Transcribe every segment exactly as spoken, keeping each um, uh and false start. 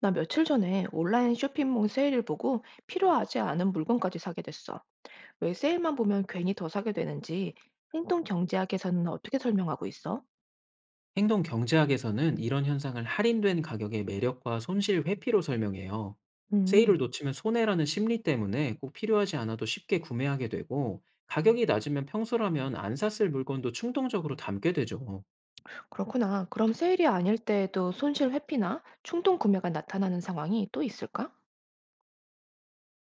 나 며칠 전에 온라인 쇼핑몰 세일을 보고 필요하지 않은 물건까지 사게 됐어. 왜 세일만 보면 괜히 더 사게 되는지 행동 경제학에서는 어떻게 설명하고 있어? 행동 경제학에서는 이런 현상을 할인된 가격의 매력과 손실 회피로 설명해요. 세일을 음, 놓치면 손해라는 심리 때문에 꼭 필요하지 않아도 쉽게 구매하게 되고, 가격이 낮으면 평소라면 안 샀을 물건도 충동적으로 담게 되죠. 그렇구나. 그럼 세일이 아닐 때에도 손실 회피나 충동 구매가 나타나는 상황이 또 있을까?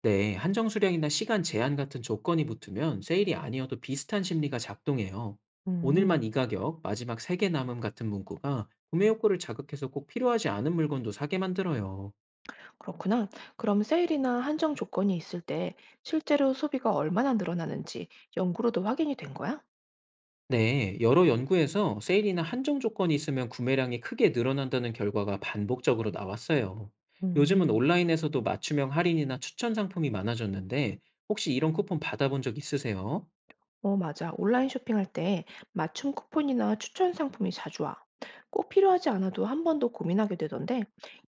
네, 한정 수량이나 시간 제한 같은 조건이 붙으면 세일이 아니어도 비슷한 심리가 작동해요. 오늘만 음. 이 가격, 마지막 세 개 남음 같은 문구가 구매 욕구를 자극해서 꼭 필요하지 않은 물건도 사게 만들어요. 그렇구나. 그럼 세일이나 한정 조건이 있을 때 실제로 소비가 얼마나 늘어나는지 연구로도 확인이 된 거야? 네, 여러 연구에서 세일이나 한정 조건이 있으면 구매량이 크게 늘어난다는 결과가 반복적으로 나왔어요. 요즘은 음. 온라인에서도 맞춤형 할인이나 추천 상품이 많아졌는데, 혹시 이런 쿠폰 받아본 적 있으세요? 어, 맞아. 온라인 쇼핑할 때 맞춤 쿠폰이나 추천 상품이 자주 와. 꼭 필요하지 않아도 한 번 더 고민하게 되던데,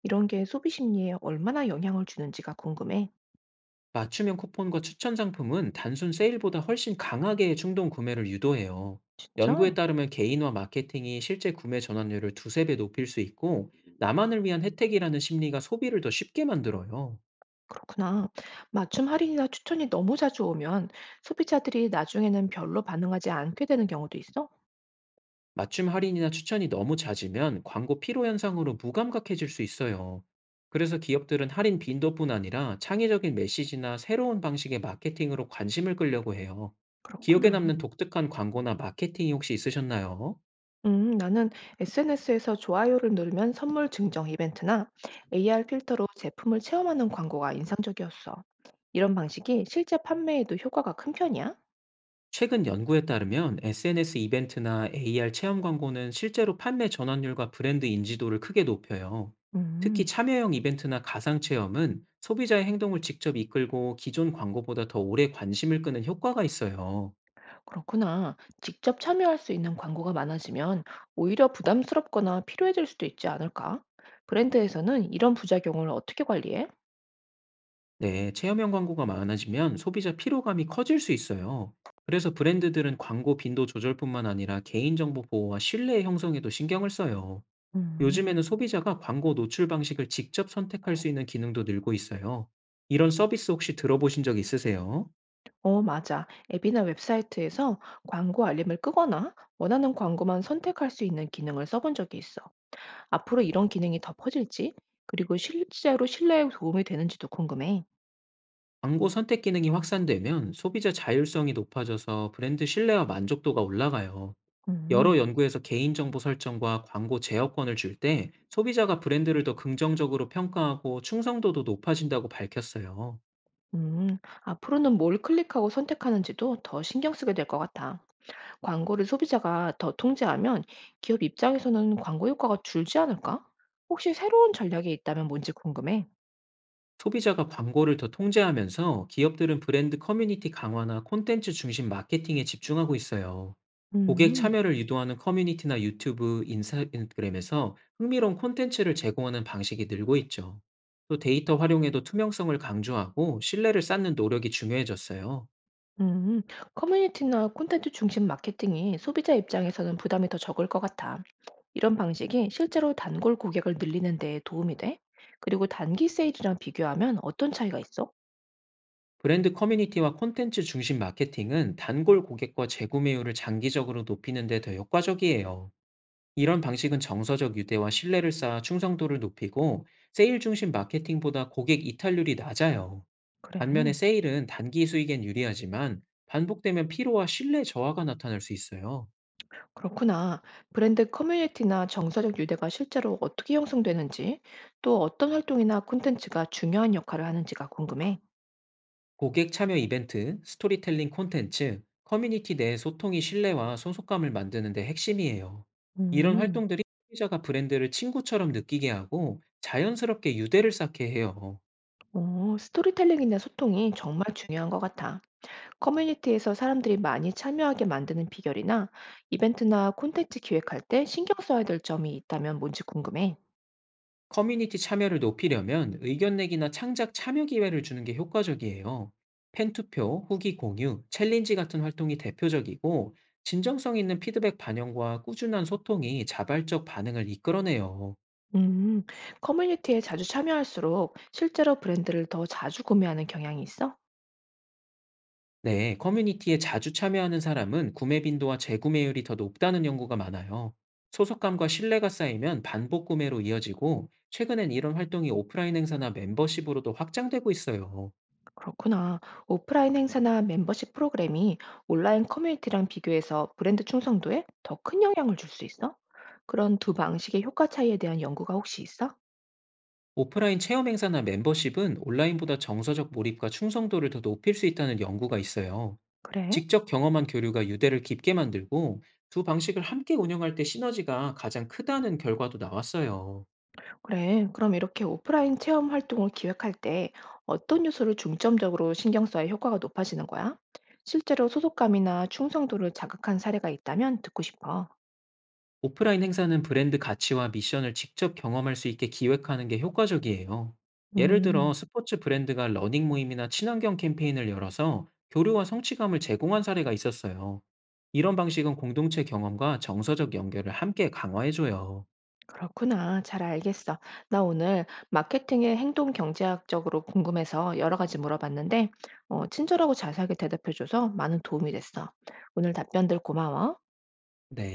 이런 게 소비 심리에 얼마나 영향을 주는지가 궁금해. 맞춤형 쿠폰과 추천 상품은 단순 세일보다 훨씬 강하게 충동 구매를 유도해요. 연구에 진짜? 따르면 개인화 마케팅이 실제 구매 전환율을 두세 배 높일 수 있고, 나만을 위한 혜택이라는 심리가 소비를 더 쉽게 만들어요. 그렇구나. 맞춤 할인이나 추천이 너무 자주 오면 소비자들이 나중에는 별로 반응하지 않게 되는 경우도 있어? 맞춤 할인이나 추천이 너무 잦으면 광고 피로 현상으로 무감각해질 수 있어요. 그래서 기업들은 할인 빈도뿐 아니라 창의적인 메시지나 새로운 방식의 마케팅으로 관심을 끌려고 해요. 기억에 그렇구나. 남는 독특한 광고나 마케팅이 혹시 있으셨나요? 음, 나는 에스엔에스에서 좋아요를 누르면 선물 증정 이벤트나 에이알 필터로 제품을 체험하는 광고가 인상적이었어. 이런 방식이 실제 판매에도 효과가 큰 편이야? 최근 연구에 따르면 에스엔에스 이벤트나 에이알 체험 광고는 실제로 판매 전환율과 브랜드 인지도를 크게 높여요. 특히 음, 참여형 이벤트나 가상 체험은 소비자의 행동을 직접 이끌고 기존 광고보다 더 오래 관심을 끄는 효과가 있어요. 그렇구나. 직접 참여할 수 있는 광고가 많아지면 오히려 부담스럽거나 필요해질 수도 있지 않을까? 브랜드에서는 이런 부작용을 어떻게 관리해? 네, 체험형 광고가 많아지면 소비자 피로감이 커질 수 있어요. 그래서 브랜드들은 광고 빈도 조절뿐만 아니라 개인정보 보호와 신뢰 형성에도 신경을 써요. 요즘에는 음. 소비자가 광고 노출 방식을 직접 선택할 수 있는 기능도 늘고 있어요. 이런 서비스 혹시 들어보신 적 있으세요? 어, 맞아. 앱이나 웹사이트에서 광고 알림을 끄거나 원하는 광고만 선택할 수 있는 기능을 써본 적이 있어. 앞으로 이런 기능이 더 퍼질지, 그리고 실제로 신뢰에 도움이 되는지도 궁금해. 광고 선택 기능이 확산되면 소비자 자율성이 높아져서 브랜드 신뢰와 만족도가 올라가요. 여러 음, 연구에서 개인정보 설정과 광고 제어권을 줄 때 소비자가 브랜드를 더 긍정적으로 평가하고 충성도도 높아진다고 밝혔어요. 음, 앞으로는 뭘 클릭하고 선택하는지도 더 신경 쓰게 될 것 같아. 광고를 소비자가 더 통제하면 기업 입장에서는 광고 효과가 줄지 않을까? 혹시 새로운 전략이 있다면 뭔지 궁금해. 소비자가 광고를 더 통제하면서 기업들은 브랜드 커뮤니티 강화나 콘텐츠 중심 마케팅에 집중하고 있어요. 고객 음, 참여를 유도하는 커뮤니티나 유튜브, 인스타그램에서 흥미로운 콘텐츠를 제공하는 방식이 늘고 있죠. 또 데이터 활용에도 투명성을 강조하고 신뢰를 쌓는 노력이 중요해졌어요. 음, 커뮤니티나 콘텐츠 중심 마케팅이 소비자 입장에서는 부담이 더 적을 것 같아. 이런 방식이 실제로 단골 고객을 늘리는 데 도움이 돼? 그리고 단기 세일이랑 비교하면 어떤 차이가 있어? 브랜드 커뮤니티와 콘텐츠 중심 마케팅은 단골 고객과 재구매율을 장기적으로 높이는 데 더 효과적이에요. 이런 방식은 정서적 유대와 신뢰를 쌓아 충성도를 높이고, 세일 중심 마케팅보다 고객 이탈률이 낮아요. 그래. 반면에 세일은 단기 수익엔 유리하지만 반복되면 피로와 신뢰 저하가 나타날 수 있어요. 그렇구나. 브랜드 커뮤니티나 정서적 유대가 실제로 어떻게 형성되는지, 또 어떤 활동이나 콘텐츠가 중요한 역할을 하는지가 궁금해. 고객 참여 이벤트, 스토리텔링 콘텐츠, 커뮤니티 내 소통이 신뢰와 소속감을 만드는 데 핵심이에요. 이런 음, 활동들이 소비자가 브랜드를 친구처럼 느끼게 하고 자연스럽게 유대를 쌓게 해요. 어, 스토리텔링이나 소통이 정말 중요한 것 같아. 커뮤니티에서 사람들이 많이 참여하게 만드는 비결이나 이벤트나 콘텐츠 기획할 때 신경 써야 될 점이 있다면 뭔지 궁금해. 커뮤니티 참여를 높이려면 의견 내기나 창작 참여 기회를 주는 게 효과적이에요. 팬투표, 후기 공유, 챌린지 같은 활동이 대표적이고, 진정성 있는 피드백 반영과 꾸준한 소통이 자발적 반응을 이끌어내요. 음, 커뮤니티에 자주 참여할수록 실제로 브랜드를 더 자주 구매하는 경향이 있어? 네, 커뮤니티에 자주 참여하는 사람은 구매 빈도와 재구매율이 더 높다는 연구가 많아요. 소속감과 신뢰가 쌓이면 반복 구매로 이어지고, 최근엔 이런 활동이 오프라인 행사나 멤버십으로도 확장되고 있어요. 그렇구나. 오프라인 행사나 멤버십 프로그램이 온라인 커뮤니티랑 비교해서 브랜드 충성도에 더 큰 영향을 줄 수 있어? 그런 두 방식의 효과 차이에 대한 연구가 혹시 있어? 오프라인 체험 행사나 멤버십은 온라인보다 정서적 몰입과 충성도를 더 높일 수 있다는 연구가 있어요. 그래? 직접 경험한 교류가 유대를 깊게 만들고, 두 방식을 함께 운영할 때 시너지가 가장 크다는 결과도 나왔어요. 그래. 그럼 이렇게 오프라인 체험 활동을 기획할 때 어떤 요소를 중점적으로 신경 써야 효과가 높아지는 거야? 실제로 소속감이나 충성도를 자극한 사례가 있다면 듣고 싶어. 오프라인 행사는 브랜드 가치와 미션을 직접 경험할 수 있게 기획하는 게 효과적이에요. 예를 들어 음. 스포츠 브랜드가 러닝 모임이나 친환경 캠페인을 열어서 교류와 성취감을 제공한 사례가 있었어요. 이런 방식은 공동체 경험과 정서적 연결을 함께 강화해줘요. 그렇구나. 잘 알겠어. 나 오늘 마케팅의 행동 경제학적으로 궁금해서 여러 가지 물어봤는데, 어, 친절하고 자세하게 대답해줘서 많은 도움이 됐어. 오늘 답변들 고마워. 네.